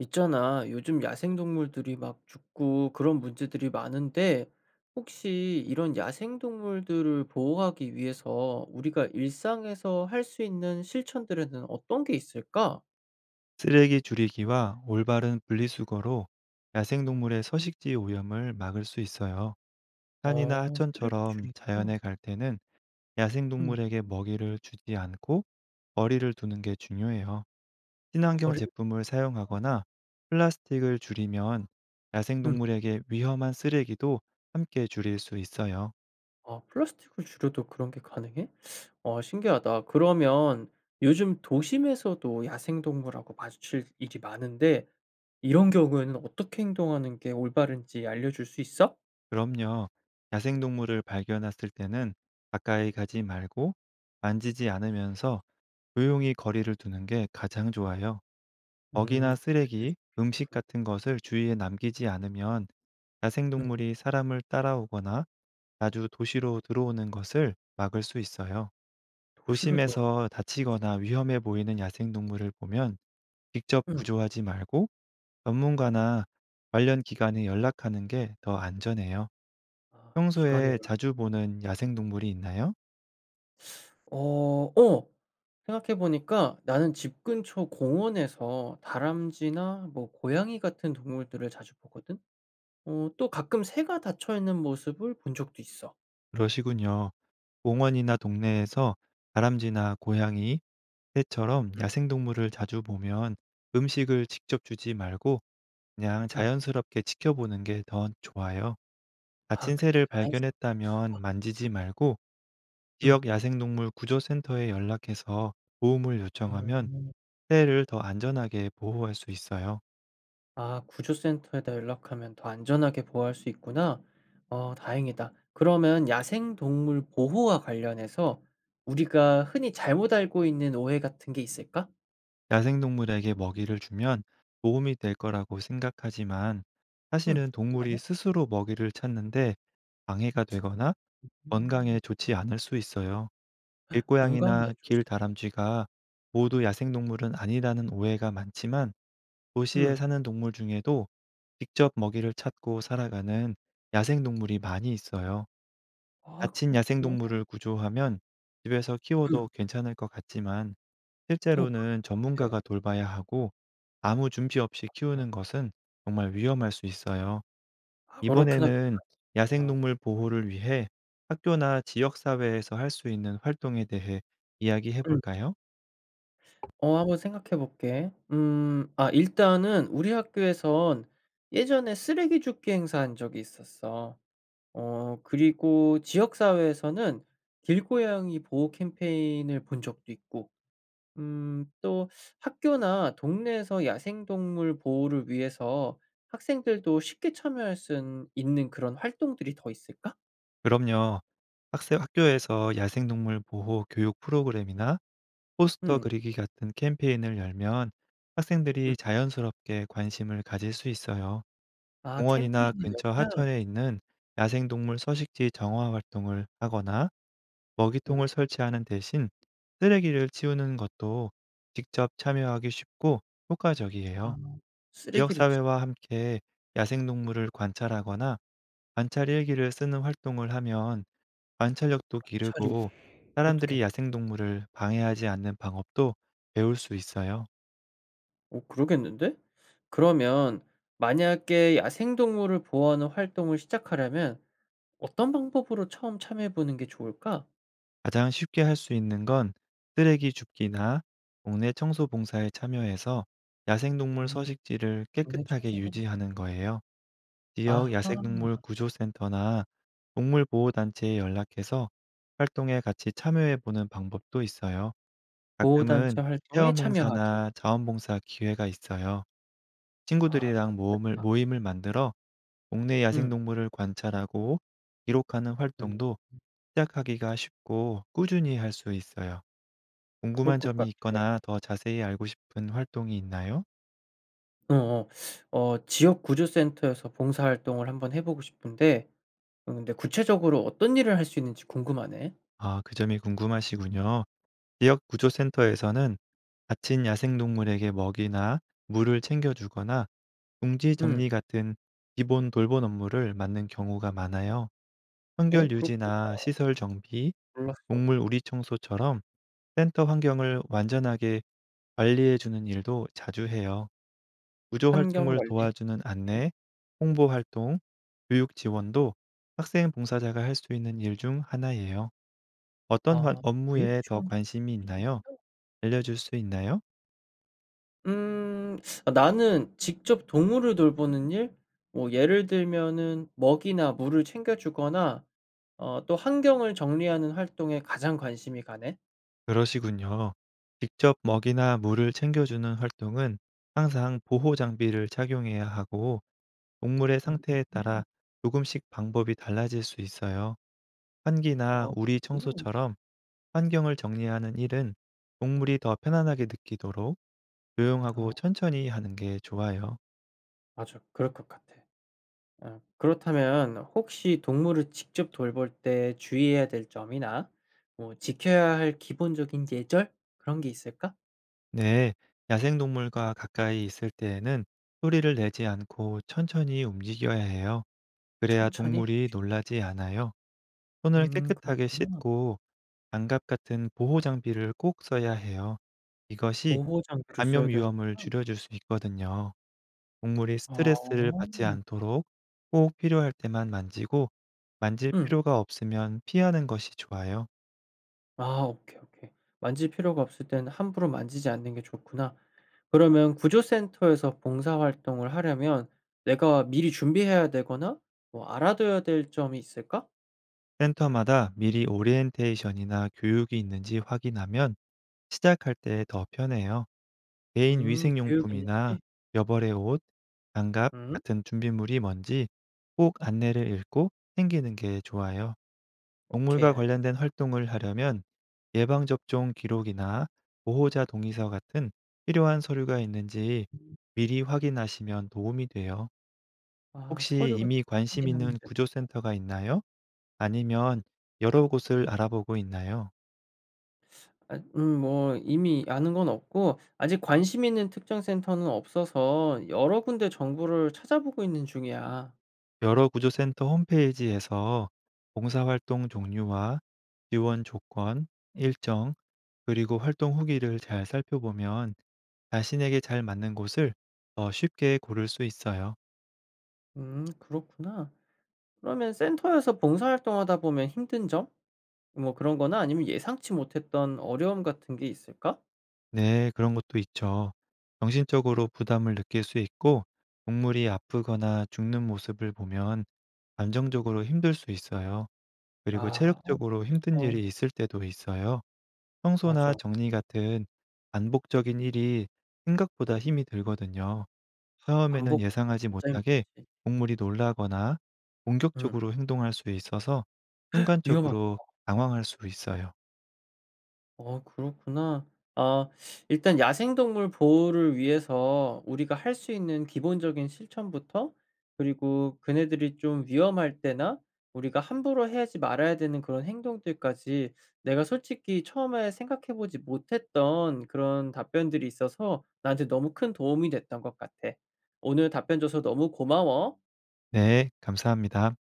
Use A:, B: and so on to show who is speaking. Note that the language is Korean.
A: 있잖아, 요즘 야생동물들이 막 죽고 그런 문제들이 많은데, 혹시 이런 야생동물들을 보호하기 위해서 우리가 일상에서 할 수 있는 실천들에는 어떤 게 있을까?
B: 쓰레기 줄이기와 올바른 분리수거로 야생동물의 서식지 오염을 막을 수 있어요. 산이나
A: 어, 쓰레기
B: 하천처럼
A: 줄이고,
B: 자연에 갈 때는
A: 음,
B: 야생동물에게 먹이를 주지 않고 거리를 두는 게 중요해요. 친환경
A: 거리,
B: 제품을 사용하거나 플라스틱을 줄이면
A: 음,
B: 야생동물에게 위험한 쓰레기도 함께 줄일 수 있어요.
A: 아, 플라스틱을 줄여도 그런 게 가능해? 어, 신기하다. 그러면 요즘 도심에서도 야생동물하고 마주칠 일이 많은데, 이런 경우에는 어떻게 행동하는 게 올바른지 알려줄 수 있어?
B: 그럼요. 야생동물을 발견했을 때는 가까이 가지 말고 만지지 않으면서 조용히 거리를 두는 게 가장 좋아요.
A: 음.
B: 먹이나
A: 과일을
B: 쓰레기, 음식
A: 좋구나.
B: 같은 것을 주위에 남기지 않으면
A: 음.
B: 야생동물이 사람을 따라오거나 자주 도시로 들어오는 것을 막을 수 있어요.
A: 도시로 들어오는.
B: 도심에서 다치거나 위험해 보이는 야생동물을 보면 직접
A: 음.
B: 구조하지 말고 전문가나 관련 기관에 연락하는 게 더 안전해요.
A: 아 기관이
B: 평소에
A: 얼마.
B: 자주 보는 야생동물이 있나요?
A: 어 어. 생각해 보니까 나는 집 근처 공원에서 다람쥐나 뭐 고양이 같은 동물들을 자주 보거든. 어 또 가끔 새가 닫혀 있는 모습을 본 적도 있어.
B: 그러시군요. 공원이나 동네에서 다람쥐나 고양이, 새처럼
A: 음.
B: 야생동물을 자주 보면 음식을 직접 주지 말고 그냥
A: 어.
B: 자연스럽게 지켜보는 게 더 좋아요.
A: 아
B: 다친
A: 그냥
B: 새를
A: 자연스럽게 봐.
B: 발견했다면 만지지 말고
A: 음.
B: 지역 야생동물 구조센터에 연락해서 도움을 요청하면
A: 음.
B: 새를 더 안전하게 보호할 수 있어요.
A: 아 구조센터에다 연락하면 더 안전하게 보호할 수 있구나. 어 다행이다. 그러면 야생동물 보호와 관련해서 우리가 흔히 잘못 알고 있는 오해 같은 게 있을까?
B: 야생동물에게 먹이를 주면 도움이 될 거라고 생각하지만, 사실은
A: 그런 거 아니야?
B: 동물이 스스로 먹이를 찾는데 방해가 되거나
A: 음.
B: 건강에 좋지 않을 수 있어요.
A: 건강에
B: 길고양이나
A: 안 좋을 수 있고.
B: 길다람쥐가 모두 야생동물은 아니라는 오해가 많지만, 도시에
A: 음.
B: 사는 동물 중에도 직접 먹이를 찾고 살아가는 야생동물이 많이 있어요.
A: 아
B: 다친
A: 그렇구나.
B: 야생동물을 구조하면 집에서
A: 음.
B: 키워도 괜찮을 것 같지만,
A: 어 그럴
B: 실제로는
A: 것 같아.
B: 전문가가 돌봐야 하고 아무 준비 없이 키우는
A: 아
B: 것은 정말 위험할 수 있어요.
A: 아무렇게나
B: 이번에는
A: 키우는구나.
B: 야생동물 보호를 위해 학교나 지역사회에서 할 수 있는 활동에 대해 이야기해
A: 음.
B: 볼까요?
A: 어 한번 생각해 볼게. 아 일단은 우리 학교에선 예전에 쓰레기 줍기 행사 한 적이 있었어. 어 그리고 지역 사회에서는 길고양이 보호 캠페인을 본 적도 있고 또 학교나 동네에서 야생동물 보호를 위해서 학생들도 쉽게 참여할 수 있는 그런 활동들이 더 있을까?
B: 그럼요. 학생 학교에서 야생동물 보호 교육 프로그램이나 포스터
A: 음.
B: 그리기 같은 캠페인을 열면
A: 음.
B: 학생들이 자연스럽게 관심을 가질 수 있어요.
A: 아
B: 공원이나
A: 캠페인을
B: 근처
A: 열면.
B: 하천에 있는 야생동물 서식지 정화 활동을 하거나 먹이통을
A: 음
B: 설치하는 대신 쓰레기를 치우는 것도 직접 참여하기 쉽고
A: 아
B: 효과적이에요.
A: 쓰레기를 좀
B: 지역사회와 함께 야생동물을 관찰하거나 관찰 일기를 쓰는 활동을 하면 관찰력도
A: 처리.
B: 기르고
A: 그것도 괜찮.
B: 사람들이 야생동물을 방해하지 않는 방법도 배울 수 있어요.
A: 오 그러겠는데? 그러면 만약에 야생동물을 보호하는 활동을 시작하려면 어떤 방법으로 처음 참여해 보는 게 좋을까?
B: 가장 쉽게 할 수 있는 건 쓰레기 줍기나 동네 청소 봉사에 참여해서 야생동물
A: 음.
B: 서식지를
A: 동네
B: 깨끗하게
A: 청소봉사.
B: 유지하는 거예요. 지역 야생동물
A: 아하.
B: 구조센터나 동물보호단체에 연락해서 활동에 같이 참여해 보는 방법도 있어요.
A: 보호단체
B: 가끔은
A: 활동에
B: 체험
A: 참여하기.
B: 행사나 자원봉사 기회가 있어요.
A: 아
B: 친구들이랑 모임을,
A: 그렇겠다.
B: 모임을 만들어 동네
A: 음.
B: 야생동물을 관찰하고 기록하는
A: 음.
B: 활동도 시작하기가 쉽고 꾸준히 할 수 있어요.
A: 그럴
B: 궁금한
A: 것
B: 점이
A: 같아.
B: 있거나 더 자세히 알고 싶은 활동이 있나요?
A: 어어. 어 어, 지역 구조센터에서 봉사활동을 한번 해 보고 싶은데 어 근데 구체적으로 어떤 일을 할 수 있는지 궁금하네.
B: 아, 그 점이 궁금하시군요. 지역 구조센터에서는 다친 야생동물에게 먹이나 물을 챙겨주거나 둥지
A: 음.
B: 정리 같은 기본 돌봄 업무를 맡는 경우가 많아요.
A: 어
B: 환결
A: 그렇구나.
B: 유지나 시설 정비,
A: 몰랐어.
B: 동물 우리 청소처럼 센터 환경을 완전하게 관리해주는 일도 자주 해요. 구조 활동을
A: 환경관리.
B: 도와주는
A: 네.
B: 안내, 홍보 활동, 교육 지원도 학생 봉사자가 할 수 있는 일 중 하나예요. 어떤
A: 아 교육
B: 업무에 더
A: 지원도
B: 관심이 있나요?
A: 계시구나.
B: 알려줄 수 있나요?
A: 음. 아 나는 직접 동물을 돌보는 일? 뭐 예를 들면은 먹이나 물을 챙겨 주거나 어 또 환경을 정리하는 활동에 가장 관심이 가네.
B: 그러시군요. 직접 먹이나 물을 챙겨주는 활동은 항상 보호 장비를 착용해야 하고 동물의
A: 음.
B: 상태에 따라 조금씩 방법이 달라질 수 있어요. 환기나
A: 아
B: 우리
A: 그렇군요.
B: 청소처럼 환경을 정리하는 일은 동물이 더 편안하게 느끼도록 조용하고
A: 아
B: 천천히 하는 게 좋아요.
A: 맞아. 그럴 것 같아. 어 그렇다면 혹시 동물을 직접 돌볼 때 주의해야 될 점이나 뭐 지켜야 할 기본적인 예절 그런 게 있을까?
B: 네, 야생동물과 가까이 있을 때에는 소리를 내지 않고 천천히 움직여야 해요. 그래야
A: 천천히?
B: 동물이 놀라지 않아요. 손을 깨끗하게
A: 그렇구나.
B: 씻고 장갑 같은 보호 장비를 꼭 써야 해요. 이것이
A: 보호 장구를
B: 감염
A: 써야 되는구나.
B: 위험을 줄여줄 수 있거든요. 동물이
A: 아.
B: 스트레스를 받지 않도록 꼭 필요할 때만 만지고, 만질
A: 음.
B: 필요가 없으면 피하는 것이 좋아요.
A: 아 오케이, 오케이. 만질 필요가 없을 때는 함부로 만지지 않는 게 좋구나. 그러면 구조센터에서 봉사활동을 하려면 내가 미리 준비해야 되거나 뭐 알아둬야 될 점이 있을까?
B: 센터마다 미리 오리엔테이션이나 교육이 있는지 확인하면 시작할 때 더 편해요. 개인
A: 교육
B: 위생용품이나
A: 있는지?
B: 여벌의 옷, 장갑
A: 음
B: 같은 준비물이 뭔지 꼭 안내를 읽고 챙기는 게 좋아요.
A: 오케이
B: 동물과
A: 알겠어.
B: 관련된 활동을 하려면 예방접종 기록이나 보호자 동의서 같은 필요한 서류가 있는지 미리 확인하시면 도움이 돼요.
A: 아
B: 혹시
A: 서류 같은
B: 이미
A: 거
B: 관심
A: 확인하면
B: 있는
A: 되나?
B: 구조센터가 있나요? 아니면 여러 곳을 알아보고 있나요?
A: 아 뭐 이미 아는 건 없고 아직 관심 있는 특정 센터는 없어서 여러 군데 정보를 찾아보고 있는 중이야.
B: 여러 구조센터 홈페이지에서 봉사활동 종류와 지원 조건, 일정, 그리고 활동 후기를 잘 살펴보면 자신에게 잘 맞는 곳을 더 쉽게 고를 수 있어요.
A: 그렇구나. 그러면 센터에서 봉사활동하다 보면 힘든 점? 뭐 그런 거나 아니면 예상치 못했던 어려움 같은 게 있을까?
B: 네, 그런 것도 있죠. 정신적으로 부담을 느낄 수 있고, 동물이 아프거나 죽는 모습을 보면 감정적으로 힘들 수 있어요. 그리고
A: 아. 어그
B: 체력적으로
A: 겠
B: 힘든
A: 다
B: 일이 있을 때도 있어요. 청소나
A: 맞아.
B: 정리 같은 반복적인 일이 생각보다 힘이 들거든요. 처음에는
A: 반복 활동
B: 예상하지
A: 진짜
B: 못하게
A: 힘들지.
B: 동물이 놀라거나
A: 응.
B: 공격적으로 행동할 수 있어서 순간적으로
A: 위험하겠다.
B: 당황할 수 있어요.
A: 어 그렇구나. 아 일단 야생동물 보호를 위해서 우리가 할 수 있는 기본적인 실천부터 그리고 그네들이 좀 위험할 때나 우리가 함부로 하지 말아야 되는 그런 행동들까지 내가 솔직히 처음에 생각해 보지 못했던 그런 답변들이 있어서 나한테 너무 큰 도움이 됐던 것 같아. 오늘 답변 줘서 너무 고마워.
B: 네, 감사합니다.